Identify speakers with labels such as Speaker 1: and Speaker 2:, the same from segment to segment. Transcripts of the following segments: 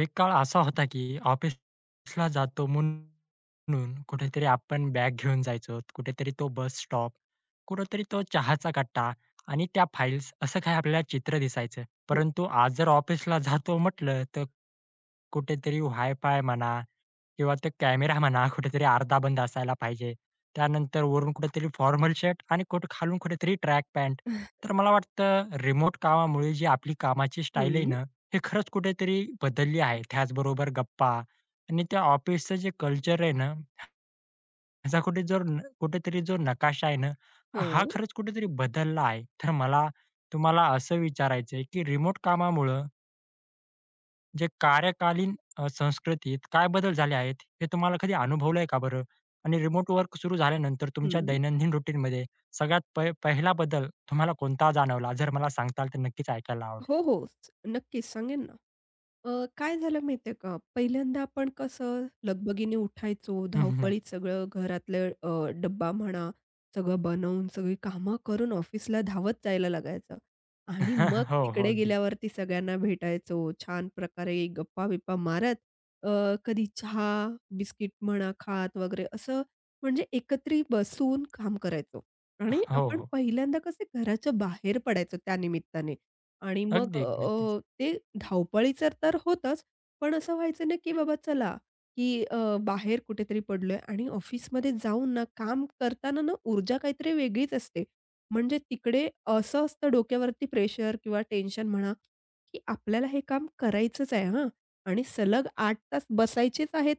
Speaker 1: एक काळ असा होता की ऑफिसला जातो म्हणून कुठेतरी आपण बॅग घेऊन जायचो. कुठेतरी तो बस स्टॉप, कुठेतरी तो चहाचा कट्टा आणि त्या फाइल्स असं काही आपल्याला चित्र दिसायचं.
Speaker 2: हो.
Speaker 1: परंतु आज जर ऑफिसला जातो म्हटलं तर कुठेतरी वायफाय म्हणा किंवा तो कॅमेरा म्हणा कुठेतरी अर्धा बंद असायला पाहिजे. त्यानंतर वरून कुठेतरी फॉर्मल शर्ट आणि कुठे खालून कुठेतरी ट्रॅक पॅन्ट. तर मला वाटतं रिमोट कामामुळे जी आपली कामाची स्टाईल आहे
Speaker 2: हं.
Speaker 1: ना हे खरंच कुठेतरी बदलली आहे. त्याचबरोबर गप्पा आणि त्या ऑफिसचं जे कल्चर आहे ना, ह्याचा कुठे जर कुठेतरी जो नकाशा आहे ना, हा
Speaker 2: हं.
Speaker 1: खरंच कुठेतरी बदलला आहे. तर मला तुम्हाला असं विचारायचं आहे, की रिमोट कामामुळं जे कार्यकालीन संस्कृतीत काय बदल झाले आहेत, हे तुम्हाला कधी अनुभवलंय का बरं? आणि रिमोट वर्क सुरू झाल्यानंतर तुमच्या
Speaker 2: हं.
Speaker 1: दैनंदिन रूटीनमध्ये सगळ्यात पहिला बदल तुम्हाला कोणता जाणवला? जर मला सांगताल तर नक्कीच ऐकायला आवडेल.
Speaker 2: हो, हो. नक्कीच सांगेन ना. अ, काय झालं माहिती आहे का? पहिल्यांदा आपण कसं लगबगीने उठायचो,
Speaker 1: हं, हं.
Speaker 2: धावपळीत सगळं घरातलं डब्बा म्हणा, सगळं बनवून सगळी कामं करून ऑफिसला धावत जायला लागायचं आणि मग
Speaker 1: हो, हो.
Speaker 2: तिकडे
Speaker 1: अगदी.
Speaker 2: गेल्यावरती सगळ्यांना भेटायचो. छान प्रकारे गप्पा-बिप्पा मारत अ, कधी चहा, बिस्किट म्हणा खात वगैरे असं म्हणजे एकत्रित बसून काम करायचो आणि
Speaker 1: हो,
Speaker 2: आपण
Speaker 1: हो.
Speaker 2: पहिल्यांदा कसे घराच्या बाहेर पडायचो त्यानिमित्ताने. आणि मग
Speaker 1: अगदी,
Speaker 2: अ,
Speaker 1: अगदी. नक्कीच.
Speaker 2: अ, ते धावपळीचं तर होतंच, पण असं व्हायचं ना, की बाबा चला, की अ, बाहेर कुठेतरी पडलोय आणि ऑफिसमध्ये जाऊन ना, काम करताना ना, ऊर्जा काहीतरी वेगळीच असते. म्हणजे तिकडे असं असतं डोक्यावरती प्रेशर किंवा टेन्शन म्हणा, की आपल्याला हे काम करायचंच आहे हां आणि सलग 8 तास बसायचेच आहेत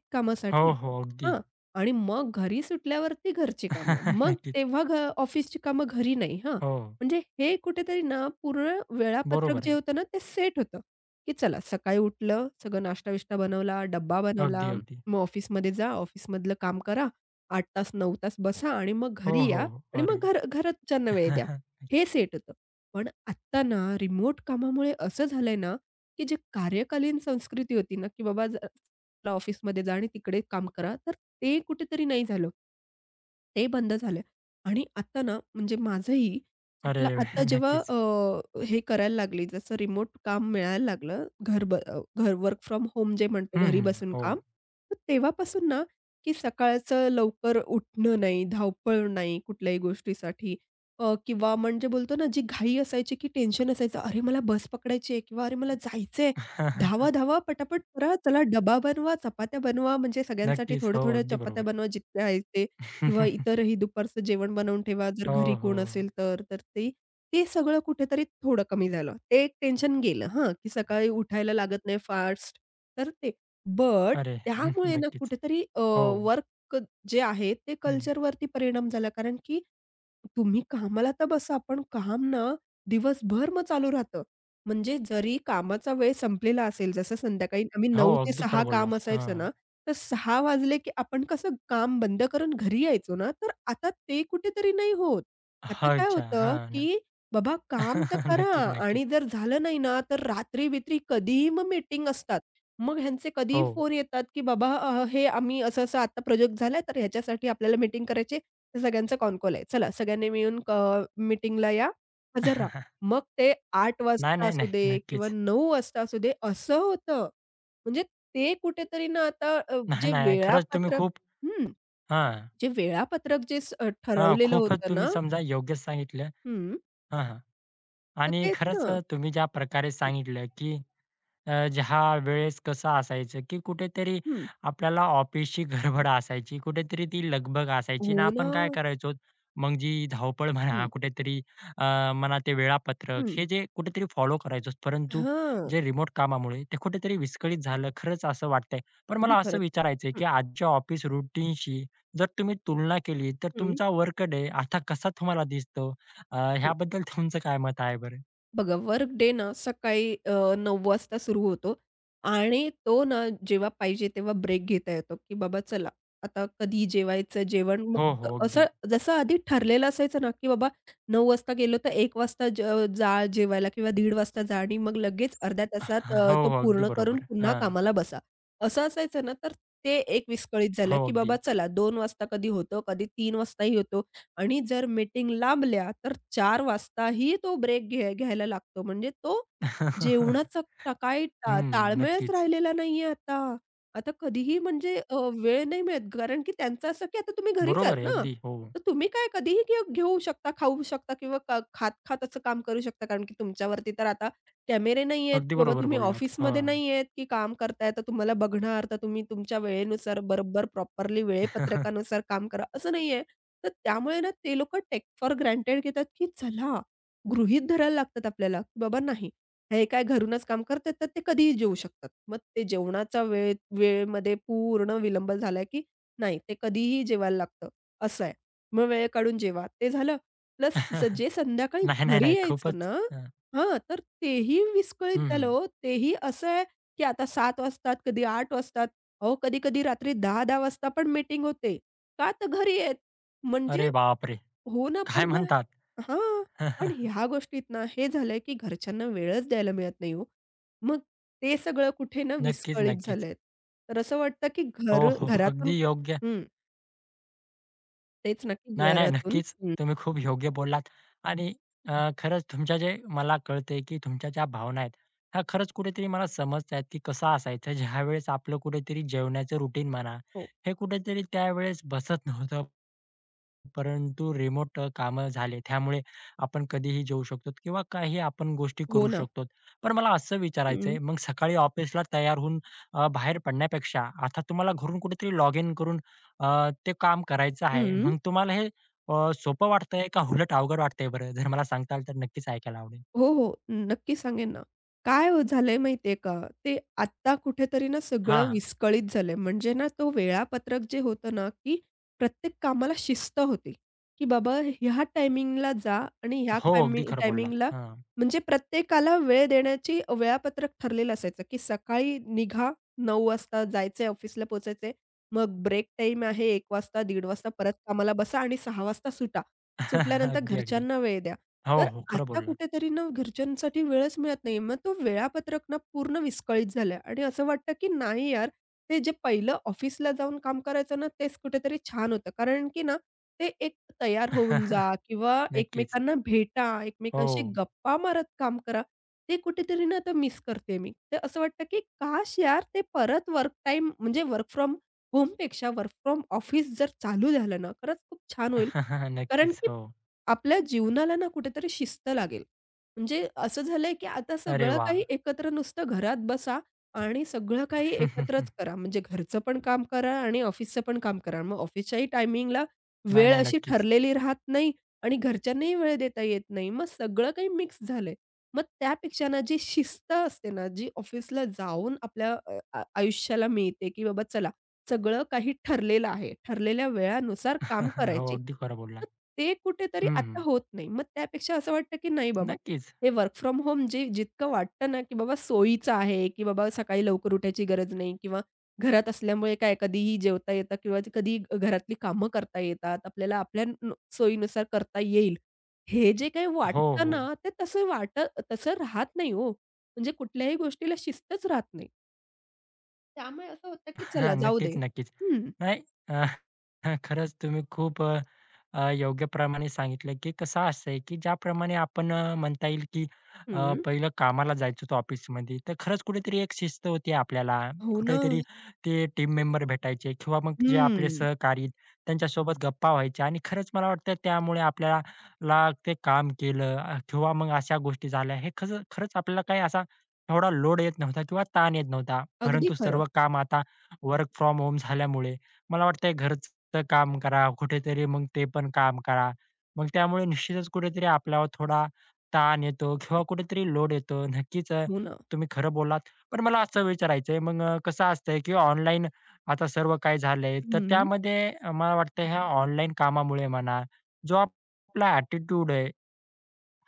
Speaker 1: हो,
Speaker 2: कामासाठी.
Speaker 1: हो. अगदी.
Speaker 2: हां आणि मग घरी सुटल्यावरती घरची कामं. मग
Speaker 1: नक्कीच.
Speaker 2: तेव्हा ऑफिसची कामं घरी नाही हां.
Speaker 1: हो.
Speaker 2: म्हणजे हे कुठेतरी ना पूर्ण वेळापत्रक
Speaker 1: बरोबर
Speaker 2: जे
Speaker 1: आहे.
Speaker 2: होतं ना ते सेट होतं, की चला सकाळी उठलं, सगळं नाश्ता-बिष्टा बनवला, डब्बा
Speaker 1: अगदी,
Speaker 2: बनवला,
Speaker 1: अगदी.
Speaker 2: मग ऑफिसमध्ये जा, ऑफिसमधलं काम करा, 8 तास, 9 तास बसा आणि मग
Speaker 1: हो,
Speaker 2: घरी या
Speaker 1: हो. हो.
Speaker 2: आणि
Speaker 1: अरे!
Speaker 2: मग घरच्यांना वेळ द्या. हे सेट होतं. पण आत्ता ना रिमोट कामामुळे असं झालंय ना, की जे कार्यकालीन संस्कृती होती ना, की बाबा ज चला ऑफिसमध्ये जा आणि तिकडे काम करा, तर ते कुठेतरी नाही झालं. ते बंद झालं आणि आता ना म्हणजे माझंही तर
Speaker 1: अरे!
Speaker 2: त्याला आता जेव्हा
Speaker 1: नक्कीच.
Speaker 2: हे करायला लागली, जसं रिमोट काम मिळायला लागलं, घर ब अ, घर वर्क फ्रॉम होम जे म्हणतो
Speaker 1: हं,
Speaker 2: घरी
Speaker 1: हं.
Speaker 2: बसून
Speaker 1: हो.
Speaker 2: काम, तर तेव्हापासून ना, की सकाळचं लवकर उठणं नाही, धावपळ नाही कुठल्याही गोष्टीसाठी किंवा म्हणजे बोलतो ना, जी घाई असायची, की टेन्शन असायचं, "अरे, मला बस पकडायची आहे" किंवा "अरे, मला जायचंय, धावा, धावा, पटापट करा, चला डबा बनवा, चपात्या बनवा." म्हणजे सगळ्यांसाठी
Speaker 1: नक्कीच. हो.
Speaker 2: थोड्या-थोड्या
Speaker 1: अगदी
Speaker 2: चपात्या
Speaker 1: बरोबर.
Speaker 2: बनवा जितक्या आहेत ते. किंवा इतरही दुपारचं जेवण बनवून ठेवा, जर
Speaker 1: हो,
Speaker 2: घरी
Speaker 1: हो.
Speaker 2: कोण असेल तर. तर ते ते सगळं कुठेतरी थोडं कमी झालं. ते एक टेन्शन गेलं हां, की सकाळी उठायला लागत नाही फास्ट तर ते. बट
Speaker 1: अरे!
Speaker 2: त्यामुळे ना
Speaker 1: नक्कीच.
Speaker 2: कुठेतरी
Speaker 1: हो.
Speaker 2: वर्क जे आहे ते
Speaker 1: हं.
Speaker 2: कल्चरवरती परिणाम झाला. कारण की तुम्ही कामाला तर बसा, पण काम ना दिवसभर मग चालू राहतं. म्हणजे जरी कामाचा वेळ संपलेला असेल, जसं संध्याकाळी आम्ही
Speaker 1: हो.
Speaker 2: 9 ते
Speaker 1: अगदी
Speaker 2: 6
Speaker 1: खरं
Speaker 2: काम
Speaker 1: बोललात. हां.
Speaker 2: असायचं ना तर 6 वाजले, की आपण कसं काम बंद करून घरी यायचो ना, तर आता ते कुठेतरी नाही होत. आता काय
Speaker 1: अच्छा.
Speaker 2: होतं,
Speaker 1: हां ना.
Speaker 2: की बाबा काम तर करा
Speaker 1: नक्कीच, नक्कीच.
Speaker 2: आणि जर झालं नाही ना, तर रात्री-बित्री कधीही मग मीटिंग असतात. मग ह्यांचे कधीही
Speaker 1: हो.
Speaker 2: फोन येतात, की "बाबा हे आम्ही असं-असं आता प्रोजेक्ट झालाय, तर ह्याच्यासाठी आपल्याला मीटिंग करायची तर सगळ्यांचा कॉल आहे. चला सगळ्यांनी मिळून मीटिंगला या, हजर राहा." मग ते 8
Speaker 1: नाही,
Speaker 2: वाजता
Speaker 1: नाही,
Speaker 2: असू
Speaker 1: नाही.
Speaker 2: दे किंवा
Speaker 1: नक्कीच.
Speaker 2: 9 वाजता असू दे, असं होतं. म्हणजे ते कुठेतरी ना आता
Speaker 1: नाही,
Speaker 2: जे
Speaker 1: नाही, नाही. खरंच तुम्ही
Speaker 2: वेळापत्रक
Speaker 1: खूप
Speaker 2: हं,
Speaker 1: हां,
Speaker 2: जे वेळापत्रक
Speaker 1: हां.
Speaker 2: ठरवलेलं
Speaker 1: खूपच
Speaker 2: होतं
Speaker 1: तुम्ही
Speaker 2: ना
Speaker 1: समजा योग्यच सांगितलं.
Speaker 2: हं,
Speaker 1: हां, हां.
Speaker 2: तर
Speaker 1: आणि
Speaker 2: तेच
Speaker 1: खरंच
Speaker 2: ना.
Speaker 1: तुम्ही ज्या प्रकारे
Speaker 2: हं,
Speaker 1: सांगितलं, की ज्या वेळेस कसं असायचं, की कुठेतरी
Speaker 2: हं.
Speaker 1: आपल्याला ऑफिसची गडबड असायची, कुठेतरी ती लगबग असायची
Speaker 2: हो
Speaker 1: आणि
Speaker 2: ना.
Speaker 1: आपण काय करायचो, मग जी धावपळ म्हणा,
Speaker 2: हं,
Speaker 1: कुठेतरी अ, म्हणा ते वेळापत्रक
Speaker 2: हं.
Speaker 1: हे जे कुठेतरी फॉलो करायचो. परंतु
Speaker 2: हां.
Speaker 1: जे रिमोट कामामुळे ते कुठेतरी विस्कळीत झालं. खरंच असं वाटतंय. पण
Speaker 2: अगदी
Speaker 1: मला असं
Speaker 2: खरंच.
Speaker 1: विचारायचं
Speaker 2: हं,
Speaker 1: की आजच्या ऑफिस रुटीनशी जर तुम्ही तुलना केली, तर
Speaker 2: हं,
Speaker 1: तुमचा वर्क डे आता कसा तुम्हाला दिसतो?
Speaker 2: हं.
Speaker 1: ह्याबद्दल तुमचं काय मत आहे बरं?
Speaker 2: बघा, वर्क डे ना सकाळी 9 वाजता सुरू होतो आणि तो ना जेव्हा पाहिजे तेव्हा ब्रेक घेता येतो, की बाबा चला आता कधी जेवायचं जेवण.
Speaker 1: हो,
Speaker 2: मग
Speaker 1: हो.
Speaker 2: असं
Speaker 1: अगदी.
Speaker 2: जसं आधी ठरलेलं असायचं ना, की बाबा 9 वाजता गेलो तर 1 वाजता जा जेवायला किंवा दीड वाजता जा आणि मग लगेच अर्ध्या तासात
Speaker 1: हो,
Speaker 2: तो
Speaker 1: हो. अगदी
Speaker 2: पूर्ण करून
Speaker 1: बरोबर.
Speaker 2: पुन्हा
Speaker 1: हां.
Speaker 2: कामाला बसा. असं असायचं ना, तर ते एक विस्कळीत झालं,
Speaker 1: हो,
Speaker 2: की बाबा
Speaker 1: अगदी.
Speaker 2: चला 2 वाजता कधी होतं, कधी 3 वाजताही होतो. आणि जर मीटिंग लांबल्या, तर 4 वाजताही तो ब्रेक घ्यायला लागतो. म्हणजे तो जेवणाचा टा काही टा
Speaker 1: हं.
Speaker 2: ताळमेळच
Speaker 1: नक्कीच.
Speaker 2: राहिलेला नाहीये आता. आता कधीही म्हणजे वेळ नाही मिळत. कारण की त्यांचं असं की आता तुम्ही घरीच
Speaker 1: बरोबर
Speaker 2: आहात
Speaker 1: आहे.
Speaker 2: ना,
Speaker 1: अगदी. हो.
Speaker 2: तर तुम्ही काय कधीही घेऊ घेऊ शकता, खाऊ शकता किंवा खात-खात असं काम करू शकता. कारण की तुमच्यावरती तर आता कॅमेरे नाहीयेत.
Speaker 1: अगदी
Speaker 2: बाबा
Speaker 1: बरोबर
Speaker 2: तुम्ही
Speaker 1: बोललात.
Speaker 2: ऑफिसमध्ये
Speaker 1: हां.
Speaker 2: नाहीयेत की काम करताय तर तुम्हाला बघणार. तर तुम्ही तुमच्या वेळेनुसार बरोबर प्रॉपरली वेळेपत्रकानुसार काम करा, असं नाहीये. तर त्यामुळे ना ते लोकं टेक फॉर ग्रँटेड घेतात, की चला गृहीत धरायला लागतात आपल्याला, की बाबा नाही हे काय घरूनच काम करतात तर ते कधीही जेवू शकतात. मग ते जेवणाचा वेळ वेळेमध्ये पूर्ण विलंब झाला, की नाही ते कधीही जेवायला लागतं असं आहे. मग वेळ काढून जेवा. ते झालं प्लस जे संध्याकाळी
Speaker 1: नाही, नाही,
Speaker 2: घरी
Speaker 1: नाही.
Speaker 2: यायचं
Speaker 1: खूपच
Speaker 2: ना
Speaker 1: हं.
Speaker 2: हां, तर तेही विस्कळीत
Speaker 1: हं,
Speaker 2: झालं हो. तेही असं आहे, की आता 7 वाजतात, कधी 8 वाजतात. अहो, कधी-कधी रात्री 10-10 वाजता पण मीटिंग होते. का? तर घरी आहेत. म्हणजे
Speaker 1: अरे बापरे!
Speaker 2: हो ना,
Speaker 1: काय
Speaker 2: पण मग
Speaker 1: म्हणतात?
Speaker 2: हां. पण ह्या गोष्टीत ना हे झालंय, की घरच्यांना वेळच द्यायला मिळत नाही हो. मग ते सगळं कुठे ना
Speaker 1: नक्कीच,
Speaker 2: विस्कळीत
Speaker 1: नक्कीच.
Speaker 2: झालंय. तर असं वाटतं, की
Speaker 1: हो, हो.
Speaker 2: घरातून
Speaker 1: अगदी योग्य
Speaker 2: हं, तेच ना, की
Speaker 1: नाही, नाही.
Speaker 2: घरातून
Speaker 1: नक्कीच.
Speaker 2: हं,
Speaker 1: तुम्ही खूप योग्य बोललात आणि खरंच तुमच्या जे मला कळतंय, की तुमच्या ज्या भावना आहेत, ह्या खरंच कुठेतरी मला समजतायत, की कसं असायचं ज्यावेळेस आपलं कुठेतरी जेवणाचं रुटीन म्हणा,
Speaker 2: हो.
Speaker 1: हे कुठेतरी त्यावेळेस बसत नव्हतं. परंतु रिमोट कामं झाले. त्यामुळे आपण कधीही जाऊ शकतो किंवा काही आपण गोष्टी
Speaker 2: हो
Speaker 1: करू
Speaker 2: ना.
Speaker 1: शकतो. पण मला असं विचारायचं
Speaker 2: हं,
Speaker 1: आहे, मग सकाळी ऑफिसला तयार होऊन बाहेर पडण्यापेक्षा आता तुम्हाला घरून कुठेतरी लॉग इन करून ते काम करायचं आहे.
Speaker 2: हं.
Speaker 1: मग तुम्हाला हे सोपं वाटतंय का उलट अवघड वाटतंय बरं? जर मला सांगताल तर नक्कीच ऐकायला आवडेल.
Speaker 2: हो, हो. नक्की सांगेन ना. काय हो झालंय माहितीये का, ते आत्ता कुठेतरी ना सगळं
Speaker 1: हां, हां.
Speaker 2: विस्कळीत झालंय. म्हणजे ना तो वेळापत्रक जे होतं ना, की प्रत्येक कामाला शिस्त होती, की बाबा ह्या टायमिंगला जा आणि ह्या
Speaker 1: हो, अगदी खरं बोललात.
Speaker 2: टायमिंगला
Speaker 1: हां.
Speaker 2: म्हणजे प्रत्येकाला वेळ देण्याची वेळापत्रक ठरलेलं असायचं, की सकाळी निघा 9:00 वाजता जायचंय ऑफिसला पोहोचायचंय. मग ब्रेक टाईम आहे 1:00 वाजता, 1:30 वाजता परत कामाला बसा आणि 6:00 वाजता सुटा. सुटल्यानंतर
Speaker 1: अगदी, अगदी.
Speaker 2: घरच्यांना वेळ द्या.
Speaker 1: हो,
Speaker 2: तर
Speaker 1: हो. खरं
Speaker 2: आता
Speaker 1: बोललात.
Speaker 2: कुठेतरी ना घरच्यांसाठी वेळच मिळत नाहीये. मग तो वेळापत्रक ना पूर्ण विस्कळीत झालंय आणि असं वाटतं की नाही यार, ते जे पहिलं ऑफिसला जाऊन काम करायचं ना, तेच कुठेतरी छान होतं. कारण की ना, ते एक तयार होऊन जा किंवा
Speaker 1: नक्कीच.
Speaker 2: एकमेकांना भेटा, एकमेकांशी
Speaker 1: हो.
Speaker 2: गप्पा मारत काम करा. ते कुठेतरी ना आता मिस करते मी. तर असं वाटतं की काश यार, ते परत वर्क टाईम म्हणजे वर्क फ्रॉम होमपेक्षा वर्क फ्रॉम ऑफिस जर चालू झालं ना, खरंच खूप छान होईल. कारण
Speaker 1: नक्कीच.
Speaker 2: की
Speaker 1: हो.
Speaker 2: आपल्या जीवनाला ना कुठेतरी शिस्त लागेल. म्हणजे असं झालंय, की आता
Speaker 1: अरे
Speaker 2: सगळं
Speaker 1: वाह!
Speaker 2: काही एकत्र नुसतं घरात बसा आणि सगळं काही एकत्रच करा. म्हणजे घरचं पण काम करा आणि ऑफिसचं पण काम करा. मग ऑफिसच्याही टायमिंगला
Speaker 1: नाही,
Speaker 2: वेळ
Speaker 1: नाही.
Speaker 2: अशी
Speaker 1: नक्कीच.
Speaker 2: ठरलेली राहत नाही आणि घरच्यांनाही वेळ देता येत नाही. मग सगळं काही मिक्स झालंय. मग त्यापेक्षा ना जी शिस्त असते ना, जी ऑफिसला जाऊन आपल्या अ, आ आयुष्याला मिळते, की बाबा चला सगळं काही ठरलेलं आहे. ठरलेल्या वेळानुसार काम
Speaker 1: हो,
Speaker 2: करायचे.
Speaker 1: अगदी खरं
Speaker 2: तर
Speaker 1: बोललात.
Speaker 2: ते कुठेतरी
Speaker 1: हं,
Speaker 2: आता
Speaker 1: हं.
Speaker 2: होत नाही. मग त्यापेक्षा असं वाटतं, की नाही बाबा,
Speaker 1: नक्कीच.
Speaker 2: हे वर्क फ्रॉम होम जे जितकं वाटतं ना, की बाबा सोयीचं आहे, की बाबा सकाळी लवकर उठायची गरज नाही किंवा घरात असल्यामुळे काय कधीही जेवता येतं किंवा कधीही घरातली कामं करता येतात. आपल्याला आपल्या न सोयीनुसार करता येईल. हे जे काही
Speaker 1: हो,
Speaker 2: वाटतं
Speaker 1: हो.
Speaker 2: ना, ते तसं वाट तसं राहत नाही हो. म्हणजे कुठल्याही गोष्टीला शिस्तच राहत नाही. त्यामुळे असं होतं, की चला जाऊ दे.
Speaker 1: नक्कीच, नक्कीच.
Speaker 2: हं.
Speaker 1: नाही हां, खरंच तुम्ही खूप अ, अ, योग्य प्रमाणे सांगितलं, की कसं असं आहे, की ज्याप्रमाणे आपण म्हणता येईल, की
Speaker 2: हं.
Speaker 1: पहिलं कामाला जायचो होतो ऑफिसमध्ये, तर खरंच कुठेतरी एक शिस्त होती आपल्याला.
Speaker 2: हो ना.
Speaker 1: कुठेतरी ते टीम मेंबर भेटायचे किंवा मग जे आपले
Speaker 2: हं.
Speaker 1: सहकारी त्यांच्यासोबत गप्पा व्हायच्या आणि खरंच मला वाटतं त्यामुळे आपल्याला ते काम केलं किंवा मग अशा गोष्टी झाल्या. हे खरंच खरंच आपल्याला काही असा एवढा लोड येत नव्हता किंवा ताण येत नव्हता.
Speaker 2: अगदी
Speaker 1: परंतु
Speaker 2: खरं.
Speaker 1: सर्व काम आता वर्क फ्रॉम होम झाल्यामुळे मला वाटतंय घरचं तर काम करा, कुठेतरी मग ते पण काम करा. मग त्यामुळे निश्चितच कुठेतरी आपल्यावर थोडा ताण येतो किंवा कुठेतरी लोड येतो. नक्कीच
Speaker 2: हो ना.
Speaker 1: तुम्ही खरं बोललात. पण मला असं विचारायचंय मग कसं असतंय की ऑनलाईन आता सर्व काही झालंय, तर
Speaker 2: हं.
Speaker 1: त्यामध्ये मला वाटतं ह्या ऑनलाईन कामामुळे म्हणा, जो आपला ॲटिट्यूड आहे,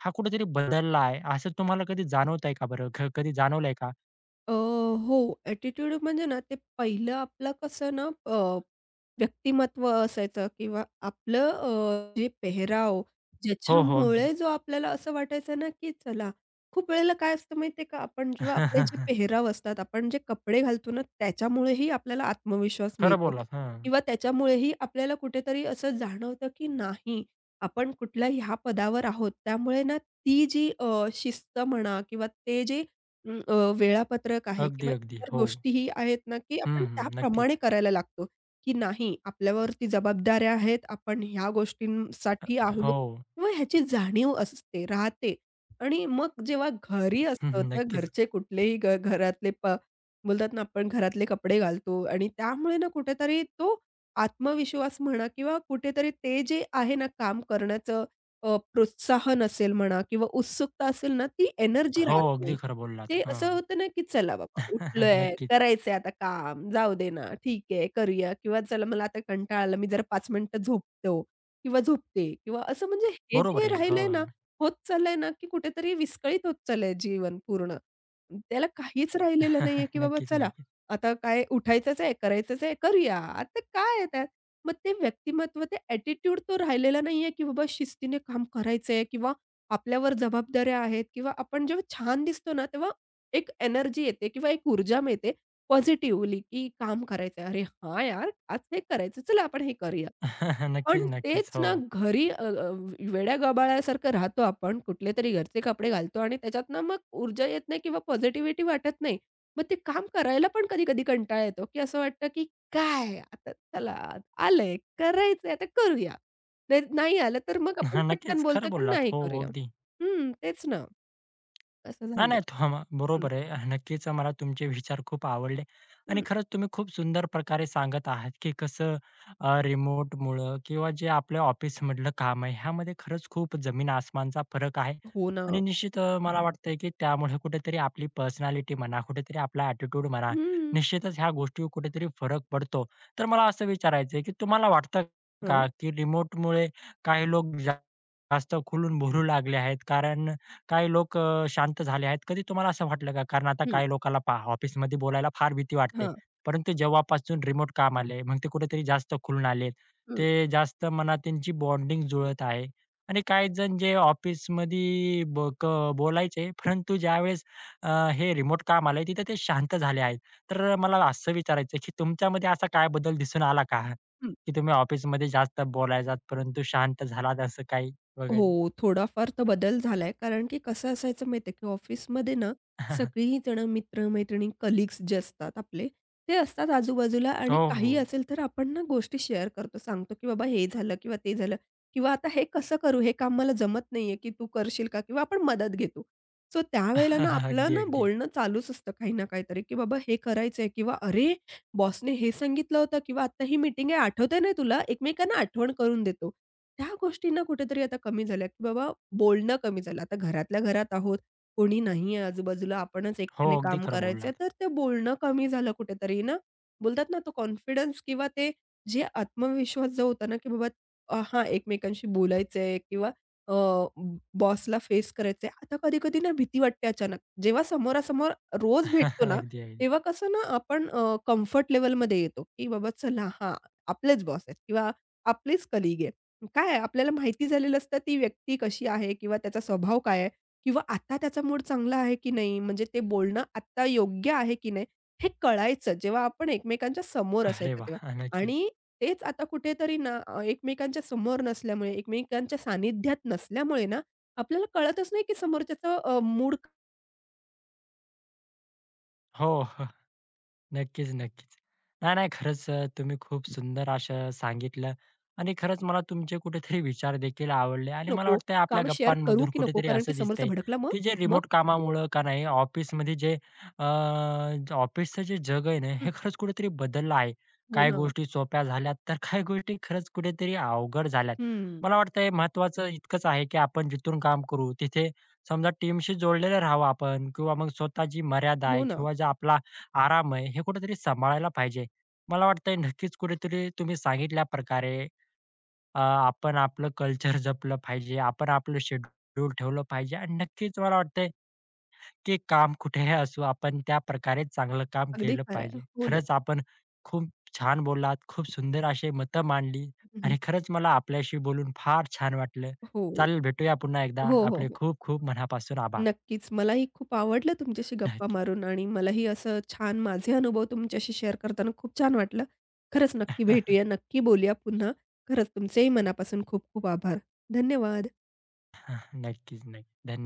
Speaker 1: हा कुठेतरी बदलला आहे, असं तुम्हाला कधी जाणवतंय का बरं? कधी जाणवलंय का?
Speaker 2: हो, ॲटिट्यूड म्हणजे ना, ते पहिलं आपलं कसं ना व्यक्तिमत्व असायचं किंवा आपलं जे पेहराव,
Speaker 1: हो, हो. अगदी.
Speaker 2: ज्याच्यामुळे जो आपल्याला असं वाटायचं ना, की चला खूप वेळेला काय असतं माहिती आहे का, आपण जेव्हा आपले जे पेहराव असतात, आपण जे कपडे घालतो ना, त्याच्यामुळेही आपल्याला आत्मविश्वास
Speaker 1: खरं
Speaker 2: मिळतो
Speaker 1: बोललात. हां.
Speaker 2: किंवा त्याच्यामुळेही आपल्याला कुठेतरी असं जाणवतं, की नाही, आपण कुठल्या ह्या पदावर आहोत. त्यामुळे ना, ती जी शिस्त म्हणा किंवा ते जे वेळापत्रक आहे
Speaker 1: अगदी,
Speaker 2: किंवा
Speaker 1: अगदी.
Speaker 2: इतर
Speaker 1: हो.
Speaker 2: गोष्टीही आहेत ना, की
Speaker 1: हं,
Speaker 2: आपण
Speaker 1: हं.
Speaker 2: त्याप्रमाणे
Speaker 1: नक्कीच.
Speaker 2: करायला लागतो, की नाही आपल्यावरती जबाबदाऱ्या आहेत, आपण ह्या गोष्टींसाठी आहोत
Speaker 1: हो.
Speaker 2: किंवा ह्याची जाणीव असते, राहते. आणि मग जेव्हा घरी
Speaker 1: हं,
Speaker 2: असतो
Speaker 1: हं.
Speaker 2: तर
Speaker 1: नक्कीच.
Speaker 2: घरचे कुठलेही घरातले बोलतात ना, आपण घरातले कपडे घालतो आणि त्यामुळे ना कुठेतरी तो आत्मविश्वास म्हणा किंवा कुठेतरी ते जे आहे ना काम करण्याचं प्रोत्साहन असेल म्हणा किंवा उत्सुकता असेल ना, ती एनर्जी
Speaker 1: हो,
Speaker 2: राहत नाही.
Speaker 1: अगदी खरं बोललात.
Speaker 2: ते
Speaker 1: हां.
Speaker 2: असं होतं ना, की चला बाबा उठलोय,
Speaker 1: नक्कीच.
Speaker 2: करायचंय आता काम, जाऊ दे ना, ठीक आहे, करूया किंवा चला मला आता कंटाळा आला, मी जरा 5 मिनिटं झोपतो किंवा झोपते किंवा असं म्हणजे हे
Speaker 1: बरोबर
Speaker 2: जे
Speaker 1: आहे. हो.
Speaker 2: राहिलंय ना, होत चाललंय ना, की कुठेतरी विस्कळीत होत चाललंय जीवन पूर्ण. त्याला काहीच राहिलेलं नाहीये, की बाबा
Speaker 1: नक्कीच,
Speaker 2: चला
Speaker 1: नक्कीच.
Speaker 2: आता काय उठायचंच आहे, करायचंच आहे, करूया. आता काय आहे त्यात? मग ते व्यक्तिमत्व, ते ॲटिट्यूड तो राहिलेला नाहीये, की बाबा शिस्तीने काम करायचंय किंवा आपल्यावर जबाबदाऱ्या आहेत किंवा आपण जेव्हा छान दिसतो ना, तेव्हा एक एनर्जी येते किंवा एक ऊर्जा मिळते पॉझिटिव्हली, की काम करायचंय. "अरे हां यार, आज हे करायचं. चला आपण हे करूया."
Speaker 1: नक्कीच,
Speaker 2: पण
Speaker 1: नक्कीच.
Speaker 2: तेच
Speaker 1: हो.
Speaker 2: ना घरी अ, अ, वेड्या-गबाळासारखं राहतो आपण. कुठलेतरी घरचे कपडे घालतो आणि त्याच्यातनं मग ऊर्जा येत नाही किंवा पॉझिटिव्हिटी वाटत नाही. मग ते काम करायला पण कधी-कधी कंटाळा येतो, की असं वाटतं, की काय आता चला आलंय, करायचंय आता करूया. नाही नाही आलं तर मग आपण पटकन
Speaker 1: नक्कीच
Speaker 2: बोलतो,
Speaker 1: खरं
Speaker 2: की
Speaker 1: बोललात.
Speaker 2: नाही
Speaker 1: हो,
Speaker 2: करूया.
Speaker 1: अगदी.
Speaker 2: हं, तेच ना. असं
Speaker 1: नाही,
Speaker 2: झालंय.
Speaker 1: नाही. थांबा.
Speaker 2: हं,
Speaker 1: बरोबर आहे. नक्कीच मला तुमचे विचार खूप आवडले आणि
Speaker 2: हं.
Speaker 1: खरंच तुम्ही खूप सुंदर प्रकारे सांगत आहात, की कसं रिमोटमुळं किंवा जे आपल्या ऑफिसमधलं काम आहे, ह्यामध्ये खरंच खूप जमीन-आसमानचा फरक आहे
Speaker 2: हो ना.
Speaker 1: आणि निश्चित मला वाटतंय, की त्यामुळे कुठेतरी आपली पर्सनॅलिटी म्हणा, कुठेतरी आपला ॲटिट्यूड म्हणा,
Speaker 2: हं.
Speaker 1: निश्चितच ह्या गोष्टीवर कुठेतरी फरक पडतो. तर मला असं विचारायचं की तुम्हाला वाटतं
Speaker 2: हं,
Speaker 1: का, की रिमोटमुळे काही लोक जास्त खुलून बोलू लागले आहेत? कारण काही लोक शांत झाले आहेत. कधी तुम्हाला असं वाटलं का? कारण आता
Speaker 2: हं,
Speaker 1: काही लोकांना पहा ऑफिसमध्ये बोलायला फार भीती वाटते.
Speaker 2: हां.
Speaker 1: परंतु जेव्हापासून रिमोट काम आले, मग ते कुठेतरी जास्त खुलून आलेत. ते जास्त मनात त्यांची बॉन्डिंग जुळत आहे. आणि काही जण जे ऑफिसमध्ये ब क बोलायचे, परंतु ज्यावेळेस हे रिमोट काम आलंय, तिथे ते शांत झाले आहेत. तर मला असं विचारायचं आहे, की तुमच्यामध्ये असा काय बदल दिसून आला का?
Speaker 2: हं.
Speaker 1: की तुम्ही ऑफिसमध्ये जास्त बोलायचात, परंतु शांत झालात असं काही
Speaker 2: हो,
Speaker 1: वगैरे?
Speaker 2: थोडाफार तर बदल झालाय. कारण की कसं असायचं माहिती आहे, की ऑफिसमध्ये ना सगळीजणं मित्र-मैत्रिणी, कलीग्स जे असतात आपले, ते असतात आजूबाजूला आणि
Speaker 1: हो, हो.
Speaker 2: काही असेल तर आपण ना गोष्टी शेअर करतो. सांगतो, की बाबा हे झालं किंवा ते झालं किंवा आता हे कसं करू? हे काम मला जमत नाहीये, की तू करशील का? किंवा आपण मदत घेतो. सो त्यावेळेला ना आपलं
Speaker 1: अगदी,
Speaker 2: ना
Speaker 1: अगदी.
Speaker 2: बोलणं चालूच असतं काही ना काहीतरी, की बाबा हे करायचंय किंवा अरे, बॉसने हे सांगितलं होतं किंवा आता ही मीटिंग आहे आठवतंय ना तुला? एकमेकांना आठवण करून देतो. त्या गोष्टी ना कुठेतरी आता कमी झाल्या, की बाबा बोलणं कमी झालं. आता घरातल्या घरात आहोत, कोणी नाही आहे आजूबाजूला, आपणच
Speaker 1: हो,
Speaker 2: एकट्याने
Speaker 1: अगदी
Speaker 2: काम
Speaker 1: खरं
Speaker 2: करायचंय,
Speaker 1: बोललात.
Speaker 2: तर ते बोलणं कमी झालं कुठेतरी ना. बोलतात ना तो कॉन्फिडन्स किंवा ते जे आत्मविश्वास जो होता ना, की बाबा हां, एकमेकांशी बोलायचंय किंवा बॉसला फेस करायचंय. आता कधी-कधी ना भीती वाटते अचानक. जेव्हा समोरासमोर रोज भेटतो
Speaker 1: अगदी,
Speaker 2: ना,
Speaker 1: अगदी.
Speaker 2: तेव्हा कसं ना आपण कम्फर्ट लेव्हलमध्ये येतो, की बाबा चला हां, आपलेच बॉस आहेत किंवा आपलेच कलीग आहेत. काय आहे, आपल्याला माहिती झालेलं असतं ती व्यक्ती कशी आहे किंवा त्याचा स्वभाव काय आहे किंवा आता त्याचा मूड चांगला आहे की नाही, म्हणजे ते बोलणं आता योग्य आहे की नाही, हे कळायचं जेव्हा आपण एकमेकांच्या समोर
Speaker 1: अरे
Speaker 2: असायचं तेव्हा.
Speaker 1: वाह! नक्कीच.
Speaker 2: आणि तेच आता कुठेतरी ना एकमेकांच्या समोर नसल्यामुळे, एकमेकांच्या सानिध्यात नसल्यामुळे ना, आपल्याला कळतच नाही की समोरच्याचा मूड
Speaker 1: हो. नक्कीच, नक्कीच. नाही, नाही. खरंच तुम्ही खूप सुंदर असं सांगितलं आणि खरंच मला तुमचे कुठेतरी विचार देखील आवडले आणि मला
Speaker 2: नको,
Speaker 1: वाटतंय आपल्या
Speaker 2: काम शेअर करू
Speaker 1: गप्पांमधून
Speaker 2: की नको,
Speaker 1: कुठेतरी
Speaker 2: कारण की
Speaker 1: असं
Speaker 2: समोरचा
Speaker 1: दिसतंय,
Speaker 2: भडकला मग
Speaker 1: की जे
Speaker 2: मग
Speaker 1: रिमोट कामामुळं का नाही ऑफिसमध्ये जे ऑफिसचं जे जग आहे ना,
Speaker 2: हं,
Speaker 1: हे खरंच कुठेतरी बदललं आहे.
Speaker 2: हो
Speaker 1: काही
Speaker 2: ना.
Speaker 1: गोष्टी सोप्या झाल्यात, तर काही गोष्टी खरंच कुठेतरी अवघड झाल्यात.
Speaker 2: हं.
Speaker 1: मला वाटतंय महत्त्वाचं इतकंच आहे, की आपण जिथून काम करू तिथे समजा टीमशी जोडलेलं राहावं आपण किंवा मग स्वतःची मर्यादा आहे
Speaker 2: हो ना.
Speaker 1: किंवा जे आपला आराम आहे, हे कुठेतरी सांभाळायला पाहिजे. मला वाटतंय नक्कीच कुठेतरी तुम्ही सांगितल्याप्रकारे आपण आपलं कल्चर जपलं पाहिजे, आपण आपलं शेड्यूल ठेवलं पाहिजे आणि नक्कीच मला वाटतंय, की काम कुठेही असो आपण त्या प्रकारे चांगलं काम
Speaker 2: अगदी
Speaker 1: केलं
Speaker 2: खरं आहे.
Speaker 1: पाहिजे.
Speaker 2: हो ना.
Speaker 1: खरंच आपण खूप छान बोललात, खूप सुंदर अशी मतं मांडली
Speaker 2: हं, हं.
Speaker 1: आणि खरंच मला आपल्याशी बोलून फार छान वाटलं.
Speaker 2: हो.
Speaker 1: चालेल भेटूया पुन्हा एकदा.
Speaker 2: हो, हो,
Speaker 1: आपले
Speaker 2: हो.
Speaker 1: खूप खूप मनापासून आभार.
Speaker 2: नक्कीच. मलाही खूप आवडलं तुमच्याशी गप्पा
Speaker 1: नक्की.
Speaker 2: मारून आणि मलाही असं छान माझे अनुभव तुमच्याशी शेअर करताना खूप छान वाटलं. खरंच नक्की भेटूया, नक्की बोलूया पुन्हा. खरंच तुमचेही मनापासून खूप खूप आभार. धन्यवाद.
Speaker 1: नक्कीच, नक्की.